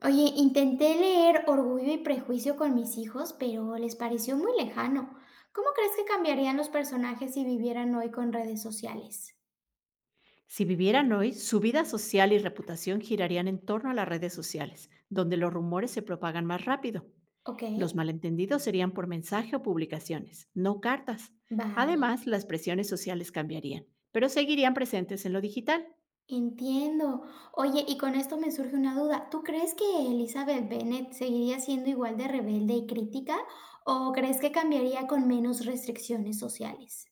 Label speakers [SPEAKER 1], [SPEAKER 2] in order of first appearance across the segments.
[SPEAKER 1] Oye, intenté leer Orgullo y Prejuicio con mis hijos, pero les pareció muy lejano. ¿Cómo crees que cambiarían los personajes si vivieran hoy con redes sociales?
[SPEAKER 2] Si vivieran hoy, su vida social y reputación girarían en torno a las redes sociales, donde los rumores se propagan más rápido.
[SPEAKER 1] Ok,
[SPEAKER 2] Los malentendidos serían por mensaje o publicaciones, no cartas.
[SPEAKER 1] vale,
[SPEAKER 2] Además, las presiones sociales cambiarían, pero seguirían presentes en lo digital.
[SPEAKER 1] entiendo. Oye, y con esto me surge una duda. ¿Tú crees que Elizabeth Bennet seguiría siendo igual de rebelde y crítica o crees que cambiaría con menos restricciones sociales?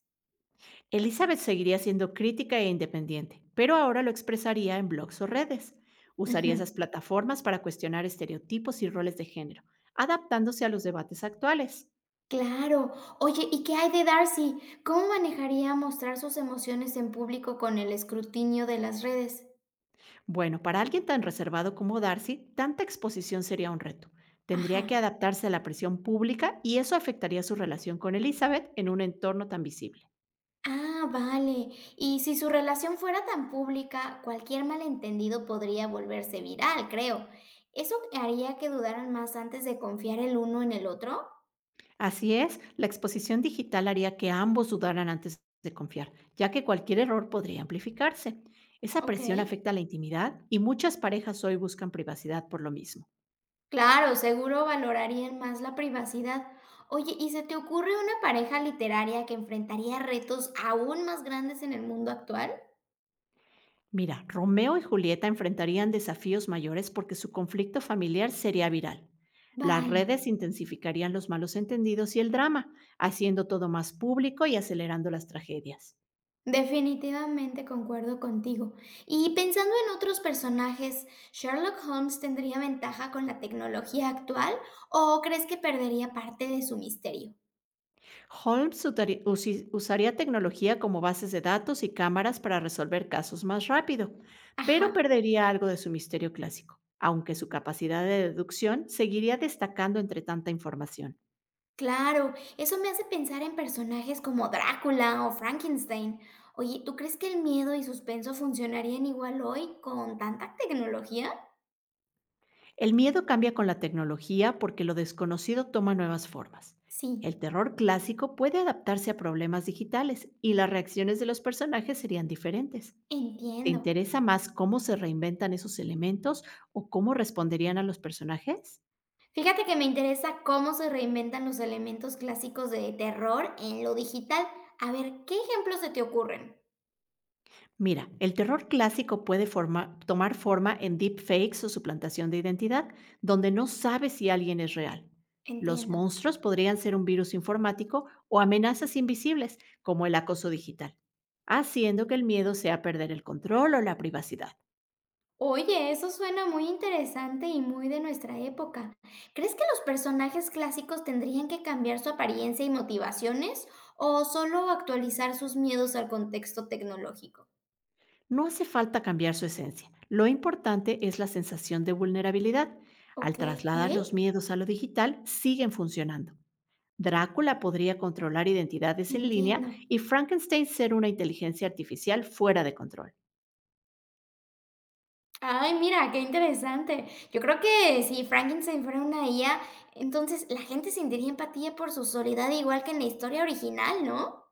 [SPEAKER 2] Elizabeth seguiría siendo crítica e independiente, pero ahora lo expresaría en blogs o redes. Usaría
[SPEAKER 1] Ujú.
[SPEAKER 2] esas plataformas para cuestionar estereotipos y roles de género, adaptándose a los debates actuales.
[SPEAKER 1] Claro. Oye, ¿y qué hay de Darcy? ¿Cómo manejaría mostrar sus emociones en público con el escrutinio de las redes?
[SPEAKER 2] Bueno, para alguien tan reservado como Darcy, tanta exposición sería un reto.
[SPEAKER 1] Ajá.
[SPEAKER 2] Tendría que adaptarse a la presión pública y eso afectaría su relación con Elizabeth en un entorno tan visible.
[SPEAKER 1] Ah, vale. Y si su relación fuera tan pública, cualquier malentendido podría volverse viral, creo. ¿Eso haría que dudaran más antes de confiar el uno en el otro?
[SPEAKER 2] Así es, la exposición digital haría que ambos dudaran antes de confiar, ya que cualquier error podría amplificarse. Esa
[SPEAKER 1] Ok.
[SPEAKER 2] presión afecta la intimidad y muchas parejas hoy buscan privacidad por lo mismo.
[SPEAKER 1] Claro, seguro valorarían más la privacidad. Oye, ¿y se te ocurre una pareja literaria que enfrentaría retos aún más grandes en el mundo actual?
[SPEAKER 2] Mira, Romeo y Julieta enfrentarían desafíos mayores porque su conflicto familiar sería viral. Las
[SPEAKER 1] Vale.
[SPEAKER 2] redes intensificarían los malos entendidos y el drama, haciendo todo más público y acelerando las tragedias.
[SPEAKER 1] Definitivamente concuerdo contigo. Y pensando en otros personajes, ¿Sherlock Holmes tendría ventaja con la tecnología actual o crees que perdería parte de su misterio?
[SPEAKER 2] Holmes usaría tecnología como bases de datos y cámaras para resolver casos más rápido,
[SPEAKER 1] Ajá,
[SPEAKER 2] pero perdería algo de su misterio clásico, aunque su capacidad de deducción seguiría destacando entre tanta información.
[SPEAKER 1] claro, eso me hace pensar en personajes como Drácula o Frankenstein. Oye, ¿tú crees que el miedo y suspenso funcionarían igual hoy con tanta tecnología?
[SPEAKER 2] El miedo cambia con la tecnología porque lo desconocido toma nuevas formas. El
[SPEAKER 1] Sí,
[SPEAKER 2] terror clásico puede adaptarse a problemas digitales y las reacciones de los personajes serían diferentes. ¿Te
[SPEAKER 1] entiendo.
[SPEAKER 2] interesa más cómo se reinventan esos elementos o cómo responderían a los personajes?
[SPEAKER 1] Fíjate que me interesa cómo se reinventan los elementos clásicos de terror en lo digital. A ver, ¿qué ejemplos se te ocurren?
[SPEAKER 2] Mira, el terror clásico puede tomar forma en deepfakes o suplantación de identidad, donde no sabes si alguien es real. Los
[SPEAKER 1] Entiendo.
[SPEAKER 2] monstruos podrían ser un virus informático o amenazas invisibles, como el acoso digital, haciendo que el miedo sea perder el control o la privacidad.
[SPEAKER 1] Oye, eso suena muy interesante y muy de nuestra época. ¿Crees que los personajes clásicos tendrían que cambiar su apariencia y motivaciones o solo actualizar sus miedos al contexto tecnológico?
[SPEAKER 2] No hace falta cambiar su esencia. Lo importante es la sensación de vulnerabilidad. Al
[SPEAKER 1] Ok,
[SPEAKER 2] trasladar los miedos a lo digital, siguen funcionando. Drácula podría controlar identidades en línea
[SPEAKER 1] entiendo.
[SPEAKER 2] y Frankenstein ser una inteligencia artificial fuera de control.
[SPEAKER 1] Ay, mira, qué interesante. Yo creo que si Frankenstein fuera una IA, entonces la gente sentiría empatía por su soledad igual que en la historia original, ¿no?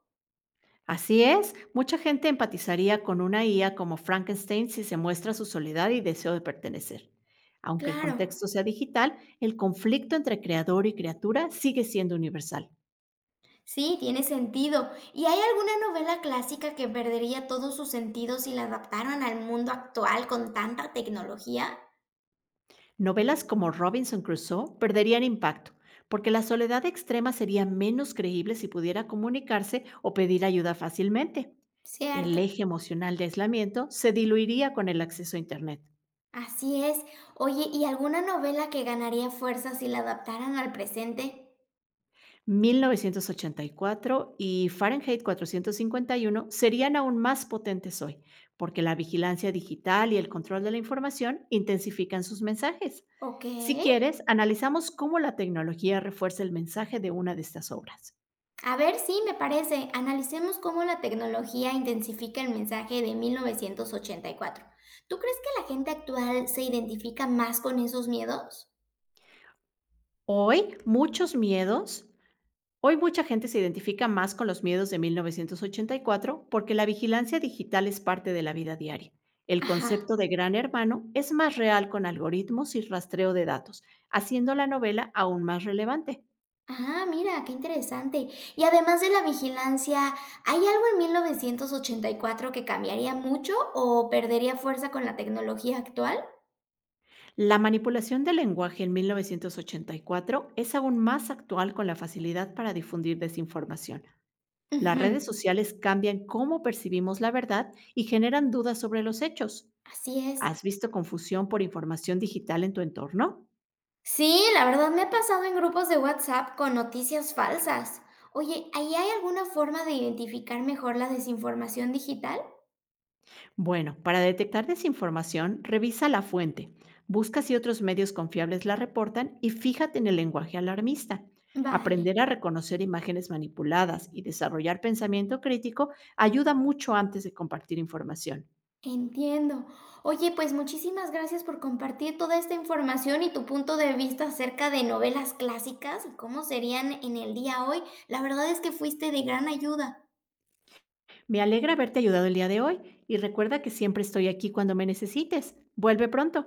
[SPEAKER 2] Así es, mucha gente empatizaría con una IA como Frankenstein si se muestra su soledad y deseo de pertenecer. Aunque el
[SPEAKER 1] Claro,
[SPEAKER 2] contexto sea digital, el conflicto entre creador y criatura sigue siendo universal.
[SPEAKER 1] sí, tiene sentido. ¿Y hay alguna novela clásica que perdería todos sus sentidos si la adaptaran al mundo actual con tanta tecnología?
[SPEAKER 2] Novelas como Robinson Crusoe perderían impacto, porque la soledad extrema sería menos creíble si pudiera comunicarse o pedir ayuda fácilmente. El
[SPEAKER 1] Cierto,
[SPEAKER 2] eje emocional de aislamiento se diluiría con el acceso a Internet.
[SPEAKER 1] así es. Oye, ¿y alguna novela que ganaría fuerza si la adaptaran al presente?
[SPEAKER 2] 1984 y cuatro y Fahrenheit 451 serían aún más potentes hoy, porque la vigilancia digital y el control de la información intensifican sus mensajes.
[SPEAKER 1] Ok.
[SPEAKER 2] Si quieres, analizamos cómo la tecnología refuerza el mensaje de una de estas obras.
[SPEAKER 1] A ver, sí, me parece. Analicemos cómo la tecnología intensifica el mensaje de 1984. ¿Tú crees que la gente actual se identifica más con esos miedos?
[SPEAKER 2] Hoy muchos miedos, hoy mucha gente se identifica más con los miedos de 1984 porque la vigilancia digital es parte de la vida diaria. El
[SPEAKER 1] Ajá.
[SPEAKER 2] concepto de gran hermano es más real con algoritmos y rastreo de datos, haciendo la novela aún más relevante.
[SPEAKER 1] Ah, mira, qué interesante. Y además de la vigilancia, ¿hay algo en 1984 que cambiaría mucho o perdería fuerza con la tecnología actual?
[SPEAKER 2] La manipulación del lenguaje en 1984 es aún más actual con la facilidad para difundir desinformación. Las
[SPEAKER 1] Ujú,
[SPEAKER 2] redes sociales cambian cómo percibimos la verdad y generan dudas sobre los hechos.
[SPEAKER 1] así es.
[SPEAKER 2] ¿Has visto confusión por información digital en tu entorno?
[SPEAKER 1] Sí, la verdad me he pasado en grupos de WhatsApp con noticias falsas. Oye, ¿ahí hay alguna forma de identificar mejor la desinformación digital?
[SPEAKER 2] Bueno, para detectar desinformación, revisa la fuente, busca si otros medios confiables la reportan y fíjate en el lenguaje alarmista.
[SPEAKER 1] Vale,
[SPEAKER 2] Aprender a reconocer imágenes manipuladas y desarrollar pensamiento crítico ayuda mucho antes de compartir información.
[SPEAKER 1] entiendo. Oye, pues muchísimas gracias por compartir toda esta información y tu punto de vista acerca de novelas clásicas y cómo serían en el día hoy. La verdad es que fuiste de gran ayuda.
[SPEAKER 2] Me alegra haberte ayudado el día de hoy y recuerda que siempre estoy aquí cuando me necesites. Vuelve pronto.